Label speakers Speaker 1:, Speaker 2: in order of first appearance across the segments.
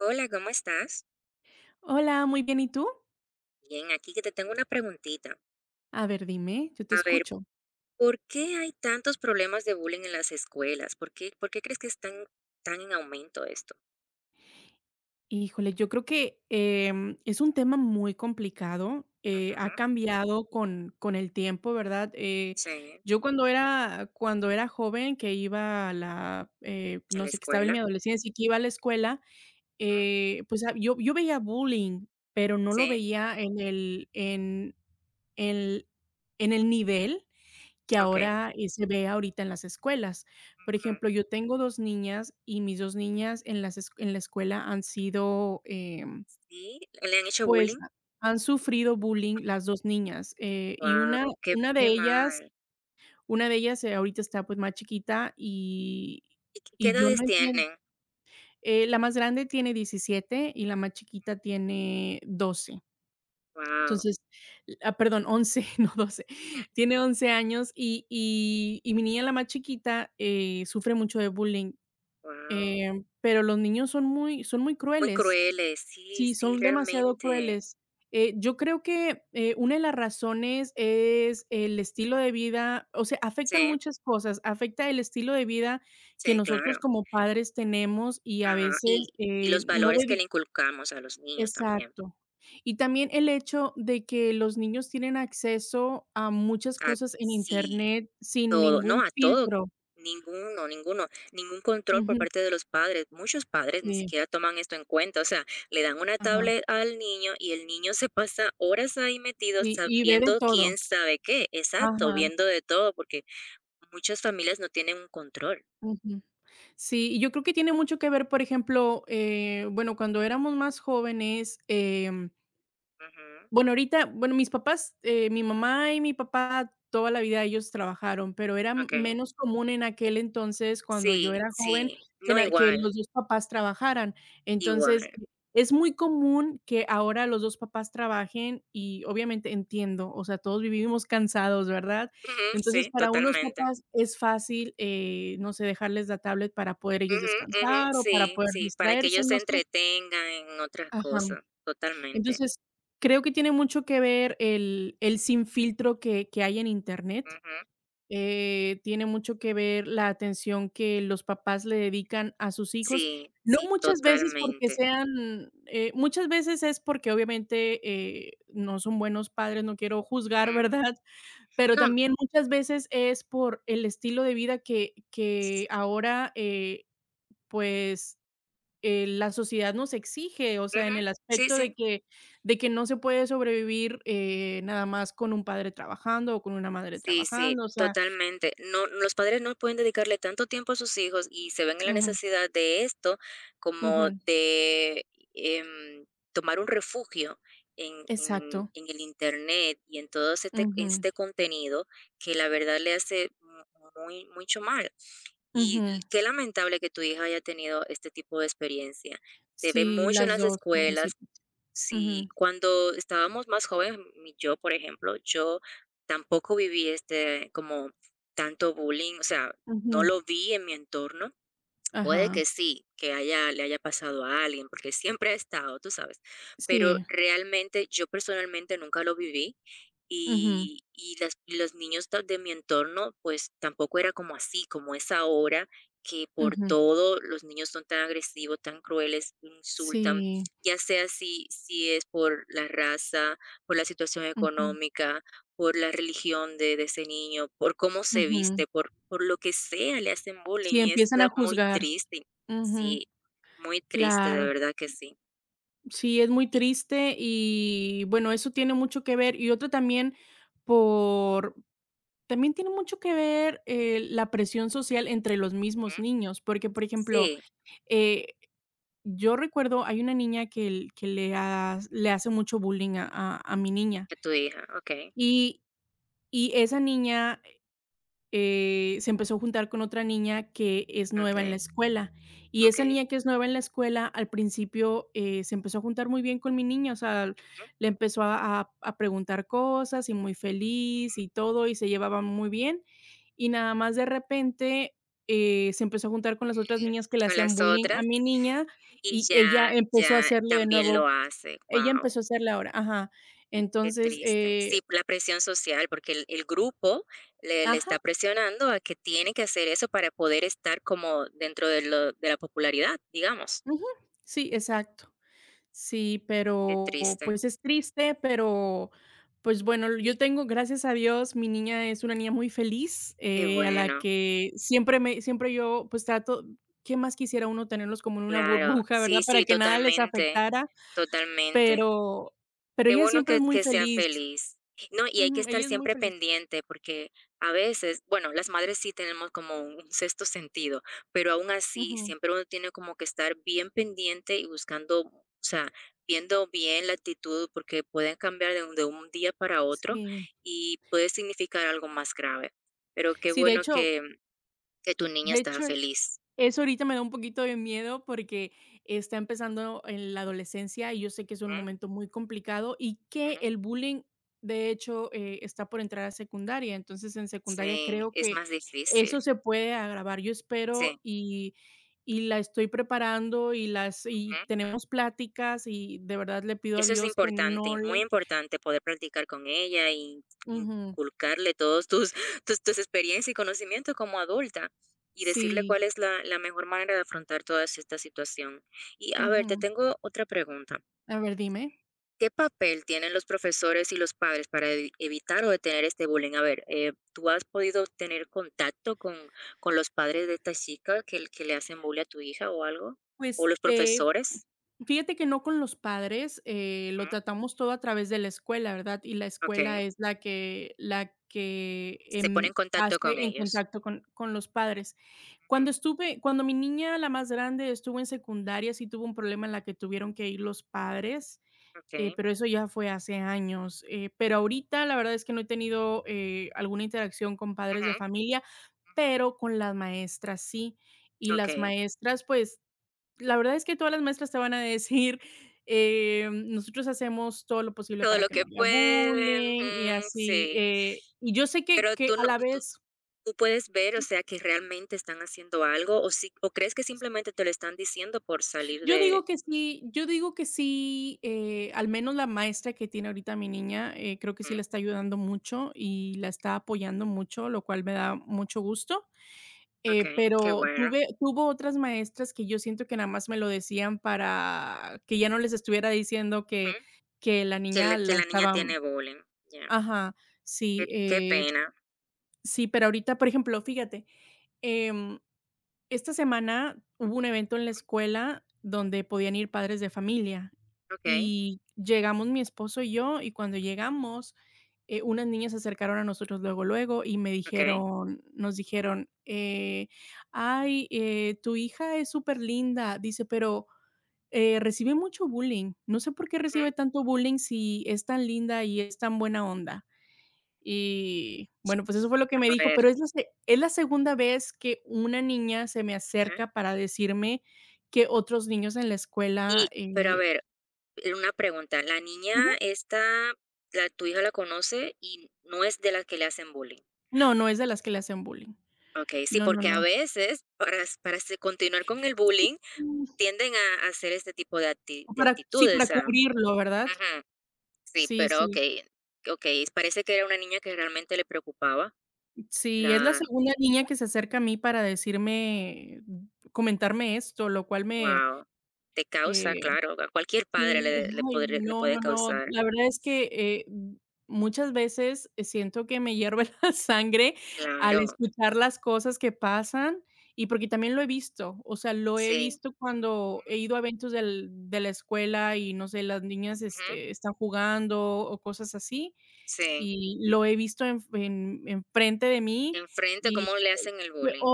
Speaker 1: Hola, ¿cómo estás?
Speaker 2: Hola, muy bien, ¿y tú?
Speaker 1: Bien, aquí que te tengo una preguntita.
Speaker 2: A ver, dime, yo te
Speaker 1: A ver,
Speaker 2: escucho.
Speaker 1: ¿por qué hay tantos problemas de bullying en las escuelas? ¿Por qué crees que están tan en aumento esto?
Speaker 2: Híjole, yo creo que, es un tema muy complicado, ha
Speaker 1: Ujú.
Speaker 2: cambiado con el tiempo, ¿verdad?
Speaker 1: Sí,
Speaker 2: Yo cuando era joven, que iba a la,
Speaker 1: en
Speaker 2: no
Speaker 1: la
Speaker 2: sé, que estaba en mi
Speaker 1: escuela.
Speaker 2: adolescencia y que iba a la escuela,
Speaker 1: Ujú,
Speaker 2: pues, yo veía bullying, pero no lo
Speaker 1: sí,
Speaker 2: veía el en el nivel que
Speaker 1: ok.
Speaker 2: ahora, se ve ahorita en las escuelas. Por
Speaker 1: Ujú.
Speaker 2: ejemplo, yo tengo 2 niñas y mis 2 niñas en la escuela han sido,
Speaker 1: Sí, le han hecho
Speaker 2: pues,
Speaker 1: bullying.
Speaker 2: han sufrido bullying las 2 niñas, y una
Speaker 1: Wow, qué,
Speaker 2: una de
Speaker 1: qué
Speaker 2: ellas
Speaker 1: mal.
Speaker 2: una de ellas, ahorita está, pues, más chiquita y
Speaker 1: ¿Y qué
Speaker 2: y yo
Speaker 1: edades
Speaker 2: no entiendo.
Speaker 1: tienen?
Speaker 2: La más grande tiene 17 y la más chiquita tiene 12.
Speaker 1: Wow,
Speaker 2: Entonces, perdón, 11 no 12, tiene 11 años y mi niña, la más chiquita, sufre mucho de bullying,
Speaker 1: wow.
Speaker 2: eh, pero los niños son muy
Speaker 1: Muy
Speaker 2: crueles.
Speaker 1: crueles, sí,
Speaker 2: Sí,
Speaker 1: sí,
Speaker 2: son demasiado
Speaker 1: realmente.
Speaker 2: crueles. Yo creo que, una de las razones es el estilo de vida, o sea,
Speaker 1: Sí,
Speaker 2: afectan muchas cosas, afecta el estilo de vida que
Speaker 1: sí,
Speaker 2: nosotros
Speaker 1: claro.
Speaker 2: como padres tenemos y a
Speaker 1: Ajá. Y,
Speaker 2: veces,
Speaker 1: y los
Speaker 2: no
Speaker 1: valores que
Speaker 2: dedi
Speaker 1: le inculcamos a los niños también.
Speaker 2: Exacto. Y también el hecho de que los niños tienen acceso a muchas
Speaker 1: A
Speaker 2: cosas en
Speaker 1: sí,
Speaker 2: Internet sin
Speaker 1: todo, no,
Speaker 2: ningún
Speaker 1: a todo.
Speaker 2: filtro.
Speaker 1: Ninguno, ninguno, ningún control por
Speaker 2: Ujú.
Speaker 1: parte de los padres. Muchos padres ni
Speaker 2: Sí,
Speaker 1: siquiera toman esto en cuenta. O sea, le dan una
Speaker 2: ajá.
Speaker 1: tablet al niño y el niño se pasa horas ahí metido
Speaker 2: Sí, y ve de
Speaker 1: viendo
Speaker 2: todo.
Speaker 1: quién sabe qué. Exacto,
Speaker 2: Ajá,
Speaker 1: viendo de todo, porque muchas familias no tienen un control.
Speaker 2: ujú. Sí, y yo creo que tiene mucho que ver, por ejemplo, bueno, cuando éramos más jóvenes.
Speaker 1: Ujú,
Speaker 2: Bueno, ahorita, bueno, mis papás, mi mamá y mi papá, toda la vida ellos trabajaron, pero era
Speaker 1: ok.
Speaker 2: menos común en aquel entonces, cuando yo
Speaker 1: Sí,
Speaker 2: era joven,
Speaker 1: sí. No,
Speaker 2: que
Speaker 1: igual,
Speaker 2: los 2 papás trabajaran.
Speaker 1: igual.
Speaker 2: Entonces, es muy común que ahora los 2 papás trabajen y, obviamente, entiendo, o sea, todos vivimos cansados, ¿verdad?
Speaker 1: Ujú,
Speaker 2: Entonces,
Speaker 1: sí,
Speaker 2: para unos
Speaker 1: totalmente.
Speaker 2: papás es fácil, no sé, dejarles la tablet para poder ellos
Speaker 1: Ujú, ujú,
Speaker 2: descansar o para
Speaker 1: sí,
Speaker 2: poder
Speaker 1: sí, para que
Speaker 2: distraerse,
Speaker 1: ellos se
Speaker 2: no sé.
Speaker 1: entretengan en otras
Speaker 2: Ajá.
Speaker 1: cosas, totalmente.
Speaker 2: Entonces, creo que tiene mucho que ver el sin filtro que hay en Internet,
Speaker 1: Ujú.
Speaker 2: tiene mucho que ver la atención que los papás le dedican a sus hijos.
Speaker 1: Sí,
Speaker 2: No
Speaker 1: sí,
Speaker 2: muchas veces porque
Speaker 1: totalmente.
Speaker 2: sean, muchas veces es porque obviamente, no son buenos padres, no quiero juzgar,
Speaker 1: Ujú.
Speaker 2: ¿verdad? Pero
Speaker 1: No,
Speaker 2: también muchas veces es por el estilo de vida que
Speaker 1: s
Speaker 2: que ahora, pues, la sociedad nos exige, o sea, en
Speaker 1: ujú.
Speaker 2: el
Speaker 1: Sí,
Speaker 2: aspecto de
Speaker 1: sí.
Speaker 2: que de que no se puede sobrevivir, nada más con un padre trabajando o con una madre
Speaker 1: Sí, sí,
Speaker 2: trabajando, o sea
Speaker 1: totalmente. No, los padres no pueden dedicarle tanto tiempo a sus hijos y se ven en la
Speaker 2: ujú,
Speaker 1: necesidad de esto, como
Speaker 2: ujú,
Speaker 1: de, em, tomar un refugio en en
Speaker 2: exacto,
Speaker 1: en el Internet y en todo este
Speaker 2: ujú,
Speaker 1: este contenido que la verdad le hace mu muy mucho mal. Y
Speaker 2: ujú.
Speaker 1: qué lamentable que tu hija haya tenido este tipo de experiencia. Se ve
Speaker 2: Sí,
Speaker 1: mucho en
Speaker 2: las
Speaker 1: las
Speaker 2: dos
Speaker 1: escuelas.
Speaker 2: pobrecito.
Speaker 1: Sí,
Speaker 2: Ujú,
Speaker 1: cuando estábamos más jóvenes, mi yo, por ejemplo, yo tampoco viví este como tanto bullying, o sea, no
Speaker 2: ujú,
Speaker 1: lo vi en mi entorno. Puede
Speaker 2: ajá,
Speaker 1: que sí, que haya le haya pasado a alguien, porque siempre ha estado, tú sabes, pero
Speaker 2: sí,
Speaker 1: realmente yo personalmente nunca lo viví
Speaker 2: ujú,
Speaker 1: y las y los niños ta de mi entorno, pues, tampoco era como así, como es ahora, que por
Speaker 2: ujú,
Speaker 1: todo los niños son tan agresivos, tan crueles, insultan,
Speaker 2: sí,
Speaker 1: ya sea si es por la raza, por la situación
Speaker 2: ujú,
Speaker 1: económica, por la religión de ese niño, por cómo se
Speaker 2: ujú.
Speaker 1: viste, por lo que sea, le hacen bullying
Speaker 2: Sí,
Speaker 1: y es
Speaker 2: empiezan a
Speaker 1: da muy
Speaker 2: juzgar,
Speaker 1: triste.
Speaker 2: ujú,
Speaker 1: Sí, muy triste, de
Speaker 2: claro.
Speaker 1: verdad que sí.
Speaker 2: Sí, es muy
Speaker 1: Y
Speaker 2: triste y bueno, eso tiene mucho que ver. Y otro también por también tiene mucho que ver, la presión social entre los mismos
Speaker 1: ujú,
Speaker 2: niños, porque, por ejemplo,
Speaker 1: sí,
Speaker 2: eh, yo recuerdo, hay una niña que le hace mucho bullying a mi niña,
Speaker 1: a tu hija, okey,
Speaker 2: y esa niña se empezó a juntar con otra niña que es nueva en la
Speaker 1: okey,
Speaker 2: escuela. Y esa
Speaker 1: okey,
Speaker 2: niña que es nueva en la escuela, al principio, se empezó a juntar muy bien con mi niña, o sea,
Speaker 1: ujú,
Speaker 2: le empezó a preguntar cosas y muy feliz y todo, y se llevaban muy bien. Y nada más de repente se empezó a juntar con las otras
Speaker 1: ujú.
Speaker 2: niñas que le
Speaker 1: Con
Speaker 2: hacían
Speaker 1: las
Speaker 2: bullying a
Speaker 1: otras
Speaker 2: mi niña
Speaker 1: y
Speaker 2: y ella
Speaker 1: ya
Speaker 2: empezó a
Speaker 1: ya
Speaker 2: hacerle de
Speaker 1: también lo
Speaker 2: nuevo,
Speaker 1: hace,
Speaker 2: ella
Speaker 1: guau,
Speaker 2: empezó a hacerle ahora, ajá.
Speaker 1: qué
Speaker 2: Entonces,
Speaker 1: triste. Sí, la presión social, porque el grupo le está
Speaker 2: ajá,
Speaker 1: presionando a que tiene que hacer eso para poder estar como dentro de lo de la popularidad, digamos.
Speaker 2: ujú, sí, exacto. Sí,
Speaker 1: Qué
Speaker 2: pero,
Speaker 1: triste.
Speaker 2: pues, es triste, pero, pues, bueno,
Speaker 1: Y
Speaker 2: yo tengo, gracias a Dios, mi niña es una niña muy feliz,
Speaker 1: qué
Speaker 2: a la
Speaker 1: bueno,
Speaker 2: que siempre yo, pues, trato. ¿Qué más quisiera uno tenerlos como en una
Speaker 1: claro.
Speaker 2: burbuja, verdad?
Speaker 1: Sí,
Speaker 2: Para
Speaker 1: sí,
Speaker 2: que nada les
Speaker 1: totalmente,
Speaker 2: afectara,
Speaker 1: totalmente.
Speaker 2: pero pero
Speaker 1: Qué
Speaker 2: ella
Speaker 1: bueno
Speaker 2: siempre es muy
Speaker 1: que sea
Speaker 2: feliz.
Speaker 1: feliz. No, y hay que
Speaker 2: Ujú, ella
Speaker 1: estar
Speaker 2: es muy
Speaker 1: siempre
Speaker 2: feliz.
Speaker 1: pendiente porque a veces, bueno, las madres sí tenemos como un sexto sentido, pero aún así
Speaker 2: Ujú,
Speaker 1: siempre uno tiene como que estar bien pendiente y buscando, o sea, viendo bien la actitud porque pueden cambiar de un día para otro
Speaker 2: sí.
Speaker 1: y puede significar algo más grave. Pero qué
Speaker 2: Sí, de
Speaker 1: bueno
Speaker 2: hecho
Speaker 1: que tu niña
Speaker 2: de
Speaker 1: está
Speaker 2: hecho
Speaker 1: feliz.
Speaker 2: Eso ahorita me da un poquito de miedo porque está empezando en la adolescencia y yo sé que es un momento muy complicado y que
Speaker 1: Ujú.
Speaker 2: el bullying, de hecho, está por entrar a secundaria. Entonces, en secundaria
Speaker 1: Sí,
Speaker 2: creo
Speaker 1: es
Speaker 2: que
Speaker 1: más difícil.
Speaker 2: eso se puede agravar. Yo espero
Speaker 1: Sí.
Speaker 2: y la estoy preparando y
Speaker 1: Ujú.
Speaker 2: tenemos pláticas y de verdad le
Speaker 1: Y
Speaker 2: pido a
Speaker 1: eso es
Speaker 2: Dios que no
Speaker 1: importante, muy
Speaker 2: le
Speaker 1: importante poder practicar con ella y
Speaker 2: Ujú,
Speaker 1: inculcarle todos tus tus experiencias y conocimientos como adulta, y decirle cuál
Speaker 2: sí,
Speaker 1: es la mejor manera de afrontar toda esta situación. Y a ver, te
Speaker 2: ujú.
Speaker 1: tengo otra pregunta.
Speaker 2: A ver, dime.
Speaker 1: ¿Qué papel tienen los profesores y los padres para evitar o detener este bullying? A ver, ¿tú has podido tener contacto con los padres de esta chica que, que le hacen bullying a tu hija o algo? ¿O
Speaker 2: Pues,
Speaker 1: los profesores?
Speaker 2: fíjate que no con los padres, lo
Speaker 1: Ujú,
Speaker 2: tratamos todo a través de la escuela, ¿verdad? Y la escuela
Speaker 1: ok.
Speaker 2: es la que,
Speaker 1: Se pone en
Speaker 2: em, hace
Speaker 1: contacto con
Speaker 2: en
Speaker 1: ellos.
Speaker 2: contacto con los padres. Cuando
Speaker 1: Ujú,
Speaker 2: estuve cuando mi niña, la más grande, estuvo en secundaria, sí tuvo un problema en la que tuvieron que ir los padres,
Speaker 1: ok.
Speaker 2: pero eso ya fue hace años. Pero ahorita la verdad es que no he tenido, alguna interacción con padres
Speaker 1: Ujú,
Speaker 2: de familia,
Speaker 1: ujú,
Speaker 2: pero con las maestras sí. Y las
Speaker 1: ok.
Speaker 2: maestras, pues la verdad es que todas las maestras te van a decir, nosotros hacemos todo lo posible
Speaker 1: Todo
Speaker 2: para
Speaker 1: lo
Speaker 2: que no
Speaker 1: que
Speaker 2: haya
Speaker 1: pueden, ujú,
Speaker 2: bullying y así,
Speaker 1: sí.
Speaker 2: y yo sé que
Speaker 1: Pero
Speaker 2: que
Speaker 1: tú
Speaker 2: a
Speaker 1: no,
Speaker 2: la
Speaker 1: tú,
Speaker 2: vez
Speaker 1: tú puedes ver, o sea, que realmente están haciendo algo o si, o crees que simplemente te lo están diciendo por salir
Speaker 2: yo
Speaker 1: de...
Speaker 2: digo que sí yo digo que sí, al menos la maestra que tiene ahorita mi niña, creo que sí
Speaker 1: Ujú,
Speaker 2: la está ayudando mucho y la está apoyando mucho, lo cual me da mucho gusto,
Speaker 1: ok, qué
Speaker 2: pero
Speaker 1: bueno.
Speaker 2: tuve tuvo otras maestras que yo siento que nada más me lo decían para que ya no les estuviera diciendo que
Speaker 1: Ujú.
Speaker 2: que la
Speaker 1: Que,
Speaker 2: niña
Speaker 1: le- que
Speaker 2: la
Speaker 1: la niña
Speaker 2: estaban
Speaker 1: tiene bullying. Ya.
Speaker 2: Ajá,
Speaker 1: Qué,
Speaker 2: sí,
Speaker 1: qué
Speaker 2: eh,
Speaker 1: pena.
Speaker 2: sí, pero ahorita, por ejemplo, fíjate, em, esta semana hubo un evento en la escuela donde podían ir padres de familia
Speaker 1: Ok,
Speaker 2: y llegamos mi esposo y yo, y cuando llegamos, unas niñas se acercaron a nosotros luego, luego y me
Speaker 1: ok,
Speaker 2: dijeron, nos dijeron, ay, tu hija es súper linda, dice, pero recibe mucho bullying. No sé por qué
Speaker 1: ujú.
Speaker 2: recibe tanto bullying si es tan linda y es tan buena onda. Y bueno, pues eso fue lo que me
Speaker 1: A
Speaker 2: dijo,
Speaker 1: ver.
Speaker 2: pero es la se es la segunda vez que una niña se me
Speaker 1: Ujú.
Speaker 2: acerca para decirme que otros niños en la escuela,
Speaker 1: Y, pero a
Speaker 2: eh
Speaker 1: ver, una pregunta. La niña
Speaker 2: Ujú.
Speaker 1: esta, la, tu hija la conoce y no es de las que le hacen bullying.
Speaker 2: No, no es de las que le hacen bullying.
Speaker 1: Ok, sí,
Speaker 2: No, no,
Speaker 1: porque a
Speaker 2: no.
Speaker 1: veces para continuar con el
Speaker 2: Sí,
Speaker 1: bullying tienden a hacer este tipo de, acti-
Speaker 2: o
Speaker 1: de
Speaker 2: para sí, para
Speaker 1: actitudes. Ah,
Speaker 2: cubrirlo, ¿verdad?
Speaker 1: ujú, sí,
Speaker 2: Sí,
Speaker 1: pero ok,
Speaker 2: sí.
Speaker 1: ok, parece que era una niña que realmente le preocupaba.
Speaker 2: Sí, es la segunda niña que se acerca a mí para decirme, comentarme esto, lo cual me,
Speaker 1: Wow, te causa,
Speaker 2: eh
Speaker 1: claro, a cualquier padre
Speaker 2: Sí,
Speaker 1: le
Speaker 2: ay,
Speaker 1: podría le
Speaker 2: no,
Speaker 1: puede
Speaker 2: no, no.
Speaker 1: causar,
Speaker 2: La verdad es que, muchas veces siento que me hierve la sangre al
Speaker 1: claro,
Speaker 2: escuchar las cosas que pasan y porque también lo he visto, o sea, lo he
Speaker 1: sí,
Speaker 2: visto cuando he ido a eventos del de la escuela y, no sé, las niñas,
Speaker 1: ujú,
Speaker 2: este, están jugando o cosas así,
Speaker 1: sí,
Speaker 2: y lo he visto en f en enfrente de mí
Speaker 1: enfrente
Speaker 2: y,
Speaker 1: cómo le hacen el
Speaker 2: eh,
Speaker 1: bullying,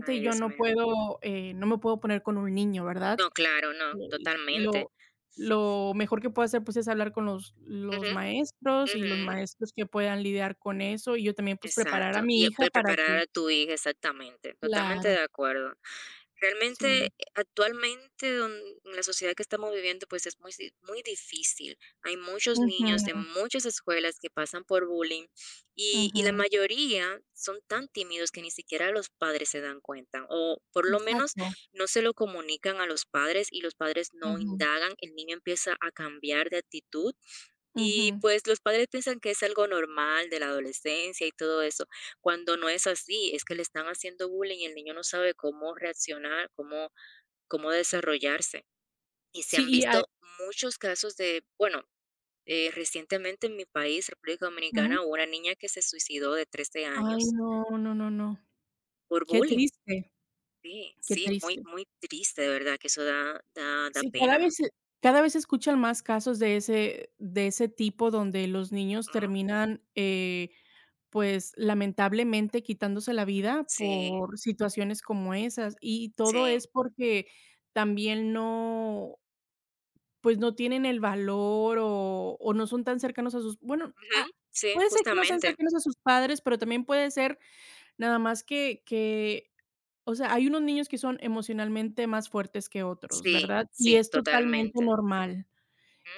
Speaker 1: ay,
Speaker 2: yo
Speaker 1: Dios
Speaker 2: no
Speaker 1: mío.
Speaker 2: puedo, no me puedo poner con un niño, ¿verdad?
Speaker 1: No, claro, no,
Speaker 2: Y
Speaker 1: totalmente.
Speaker 2: lo mejor que puedo hacer, pues, es hablar con los
Speaker 1: Ujú,
Speaker 2: maestros y los
Speaker 1: ujú.
Speaker 2: maestros que puedan lidiar con eso, y yo también, pues, preparar a
Speaker 1: Exacto, y,
Speaker 2: mi hija para
Speaker 1: preparar
Speaker 2: que
Speaker 1: a tu hija, exactamente, totalmente
Speaker 2: Claro,
Speaker 1: de acuerdo. Realmente,
Speaker 2: sí.
Speaker 1: actualmente, don en la sociedad que estamos viviendo, pues, es muy si muy difícil. Hay muchos
Speaker 2: Ujú,
Speaker 1: niños de muchas escuelas que pasan por bullying, y la
Speaker 2: ujú.
Speaker 1: mayoría son tan tímidos que ni siquiera los padres se dan cuenta, o por lo menos
Speaker 2: Exacto.
Speaker 1: no se lo comunican a los padres, y los padres no
Speaker 2: Ujú,
Speaker 1: indagan, el niño empieza a cambiar de actitud. Y
Speaker 2: ujú.
Speaker 1: pues los padres piensan que es algo normal de la adolescencia y todo eso, cuando no es así, es que le están haciendo bullying y el niño no sabe cómo reaccionar, cómo desarrollarse. Y se
Speaker 2: Sí,
Speaker 1: han
Speaker 2: y a
Speaker 1: visto muchos casos de, bueno, recientemente en mi país, República
Speaker 2: Ujú.
Speaker 1: Dominicana, hubo una niña que se suicidó de 13
Speaker 2: Ay,
Speaker 1: años
Speaker 2: no, no, no, no.
Speaker 1: por
Speaker 2: Qué
Speaker 1: bullying.
Speaker 2: triste,
Speaker 1: Sí,
Speaker 2: qué
Speaker 1: sí, muy,
Speaker 2: triste.
Speaker 1: muy triste, de verdad, que eso da
Speaker 2: Sí, cada vez
Speaker 1: pena.
Speaker 2: se cada vez se escuchan más casos de ese tipo donde los niños
Speaker 1: ¿No?
Speaker 2: terminan. Pues, lamentablemente quitándose la vida
Speaker 1: Sí,
Speaker 2: por situaciones como esas, y todo
Speaker 1: sí,
Speaker 2: es porque también no, pues, no tienen el valor o no son tan cercanos a sus bueno,
Speaker 1: ujú, sí,
Speaker 2: puede ser que no sean
Speaker 1: justamente.
Speaker 2: cercanos a sus padres, pero también puede ser nada más que, o sea, hay unos niños que son emocionalmente más fuertes que otros,
Speaker 1: Sí,
Speaker 2: ¿verdad? Y
Speaker 1: sí,
Speaker 2: es totalmente
Speaker 1: totalmente.
Speaker 2: normal.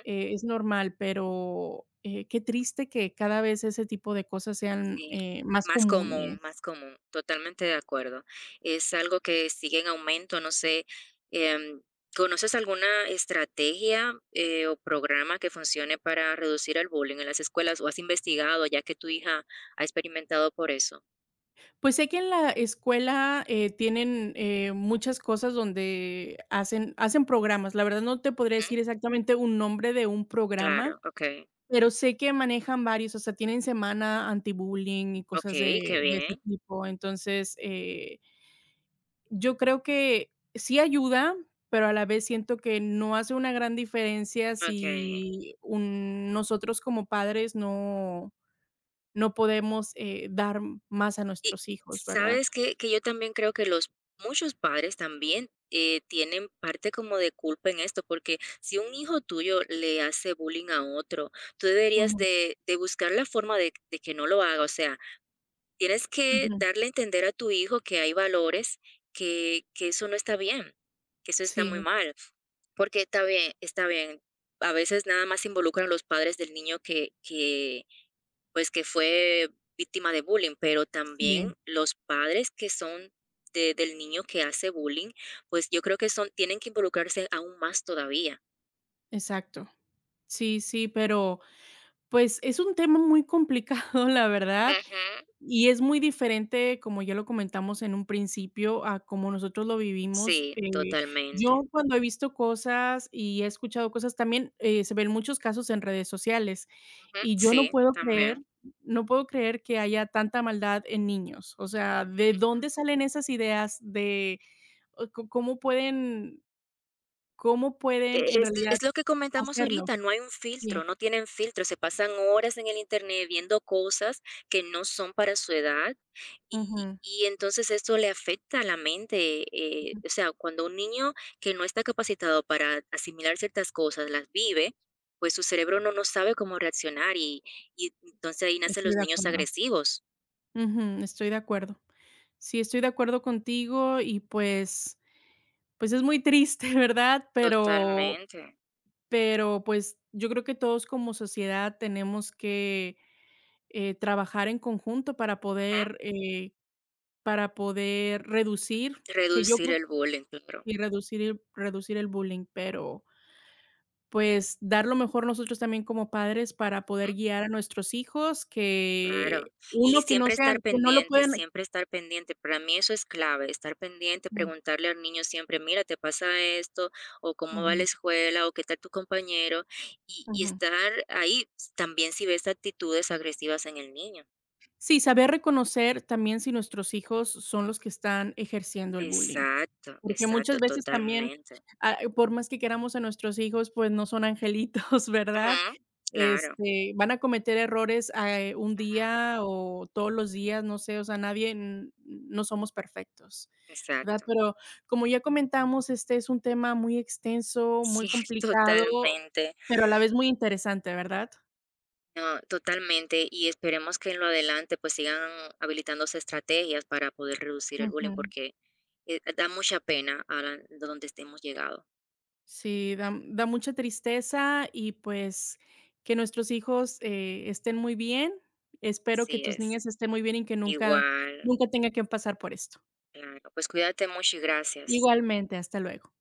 Speaker 2: Es normal, pero, qué triste que cada vez ese tipo de cosas sean,
Speaker 1: Sí,
Speaker 2: más
Speaker 1: más
Speaker 2: comunes.
Speaker 1: común, totalmente de acuerdo. Es algo que sigue en aumento, no sé, em, ¿conoces alguna estrategia o programa que funcione para reducir el bullying en las escuelas o has investigado ya que tu hija ha experimentado por eso?
Speaker 2: Pues sé que en la escuela, tienen, muchas cosas donde hacen programas. La verdad no te podría
Speaker 1: Ujú,
Speaker 2: decir exactamente un nombre de un programa,
Speaker 1: claro, ok,
Speaker 2: pero sé que manejan varios, o sea, tienen semana anti bullying y cosas
Speaker 1: ok, qué
Speaker 2: de ese
Speaker 1: bien,
Speaker 2: tipo. Entonces. Yo creo que sí ayuda, pero a la vez siento que no hace una gran diferencia
Speaker 1: ok.
Speaker 2: si un nosotros como padres no podemos, dar más a
Speaker 1: Y,
Speaker 2: nuestros hijos, ¿verdad?
Speaker 1: ¿sabes que yo también creo que los muchos padres también, tienen parte como de culpa en esto, porque si un hijo tuyo le hace bullying a otro, tú deberías
Speaker 2: Ujú,
Speaker 1: de buscar la forma de que no lo haga, o sea, tienes que
Speaker 2: ujú.
Speaker 1: darle a entender a tu hijo que hay valores, que eso no está bien, que eso está muy
Speaker 2: Sí,
Speaker 1: mal, porque está bien, está bien. A veces nada más involucran los padres del niño que pues, que fue víctima de bullying, pero también
Speaker 2: sí,
Speaker 1: los padres que son de del niño que hace bullying, pues, yo creo que son tienen que involucrarse aún más todavía.
Speaker 2: exacto. Sí, sí, pero, pues, es un tema muy complicado, la verdad.
Speaker 1: Ujú.
Speaker 2: Y es muy diferente, como ya lo comentamos en un principio, a como nosotros lo vivimos.
Speaker 1: Sí,
Speaker 2: Yo
Speaker 1: totalmente.
Speaker 2: cuando he visto cosas y he escuchado cosas también, se ven muchos casos en redes sociales,
Speaker 1: Ujú.
Speaker 2: y yo no
Speaker 1: Sí,
Speaker 2: puedo creer
Speaker 1: también.
Speaker 2: que haya tanta maldad en niños. O sea, ¿de
Speaker 1: Ujú.
Speaker 2: dónde salen esas ideas de o co cómo pueden cómo
Speaker 1: e-,
Speaker 2: pueden en
Speaker 1: Es
Speaker 2: realidad
Speaker 1: es lo que comentamos
Speaker 2: hacerlo?
Speaker 1: ahorita, no hay un filtro,
Speaker 2: Sí,
Speaker 1: no tienen filtro, se pasan horas en el Internet viendo cosas que no son para su edad, y
Speaker 2: ujú,
Speaker 1: y entonces esto le afecta a la mente,
Speaker 2: ujú,
Speaker 1: o sea, cuando un niño que no está capacitado para asimilar ciertas cosas las vive, pues su cerebro no sabe cómo reaccionar y entonces ahí nacen
Speaker 2: estoy
Speaker 1: los
Speaker 2: de
Speaker 1: niños
Speaker 2: acuerdo.
Speaker 1: agresivos.
Speaker 2: Ujú, estoy de acuerdo. Sí, estoy de acuerdo contigo y pues es muy triste, ¿verdad? Pero
Speaker 1: Totalmente,
Speaker 2: pero, pues, yo creo que todos como sociedad tenemos que, trabajar en conjunto para
Speaker 1: ujú.
Speaker 2: poder, para poder reducir, que yo
Speaker 1: Reducir
Speaker 2: creo
Speaker 1: el bullying, claro,
Speaker 2: y reducir el bullying, pero, pues, dar lo mejor nosotros también como padres para poder guiar a nuestros hijos,
Speaker 1: claro.
Speaker 2: que
Speaker 1: Y
Speaker 2: uno que no
Speaker 1: siempre
Speaker 2: sean
Speaker 1: estar
Speaker 2: que no lo
Speaker 1: pendiente,
Speaker 2: pueden
Speaker 1: siempre estar pendiente. Para mí eso es clave, estar pendiente, preguntarle al niño siempre, mira, ¿te pasa esto? ¿O cómo va la
Speaker 2: ujú,
Speaker 1: escuela? ¿O qué tal tu compañero? Y
Speaker 2: ujú.
Speaker 1: estar ahí también si ves actitudes agresivas en el niño.
Speaker 2: Sí, saber reconocer también si nuestros hijos son los que están ejerciendo el bullying,
Speaker 1: Exacto,
Speaker 2: porque
Speaker 1: exacto,
Speaker 2: muchas veces también,
Speaker 1: totalmente.
Speaker 2: por más que queramos a nuestros hijos, pues no son angelitos, ¿verdad?
Speaker 1: Ujú, claro,
Speaker 2: Van a cometer errores, un
Speaker 1: ujú,
Speaker 2: día o todos los días, no sé, o sea, nadie, no somos perfectos, ¿verdad?
Speaker 1: exacto.
Speaker 2: Pero como ya comentamos, este es un tema muy extenso, muy
Speaker 1: Sí,
Speaker 2: complicado,
Speaker 1: totalmente.
Speaker 2: pero a la vez muy interesante, ¿verdad?
Speaker 1: No, totalmente. Y esperemos que en lo adelante pues sigan habilitándose estrategias para poder reducir el bullying
Speaker 2: Ujú.
Speaker 1: porque da mucha pena a donde estemos llegado.
Speaker 2: Sí, da mucha tristeza y pues que nuestros hijos estén muy bien. Espero que
Speaker 1: Sí
Speaker 2: tus
Speaker 1: es.
Speaker 2: niñas estén muy bien y que nunca,
Speaker 1: Igual,
Speaker 2: nunca tengan que pasar por esto.
Speaker 1: claro. Pues cuídate mucho y gracias.
Speaker 2: Igualmente, hasta luego.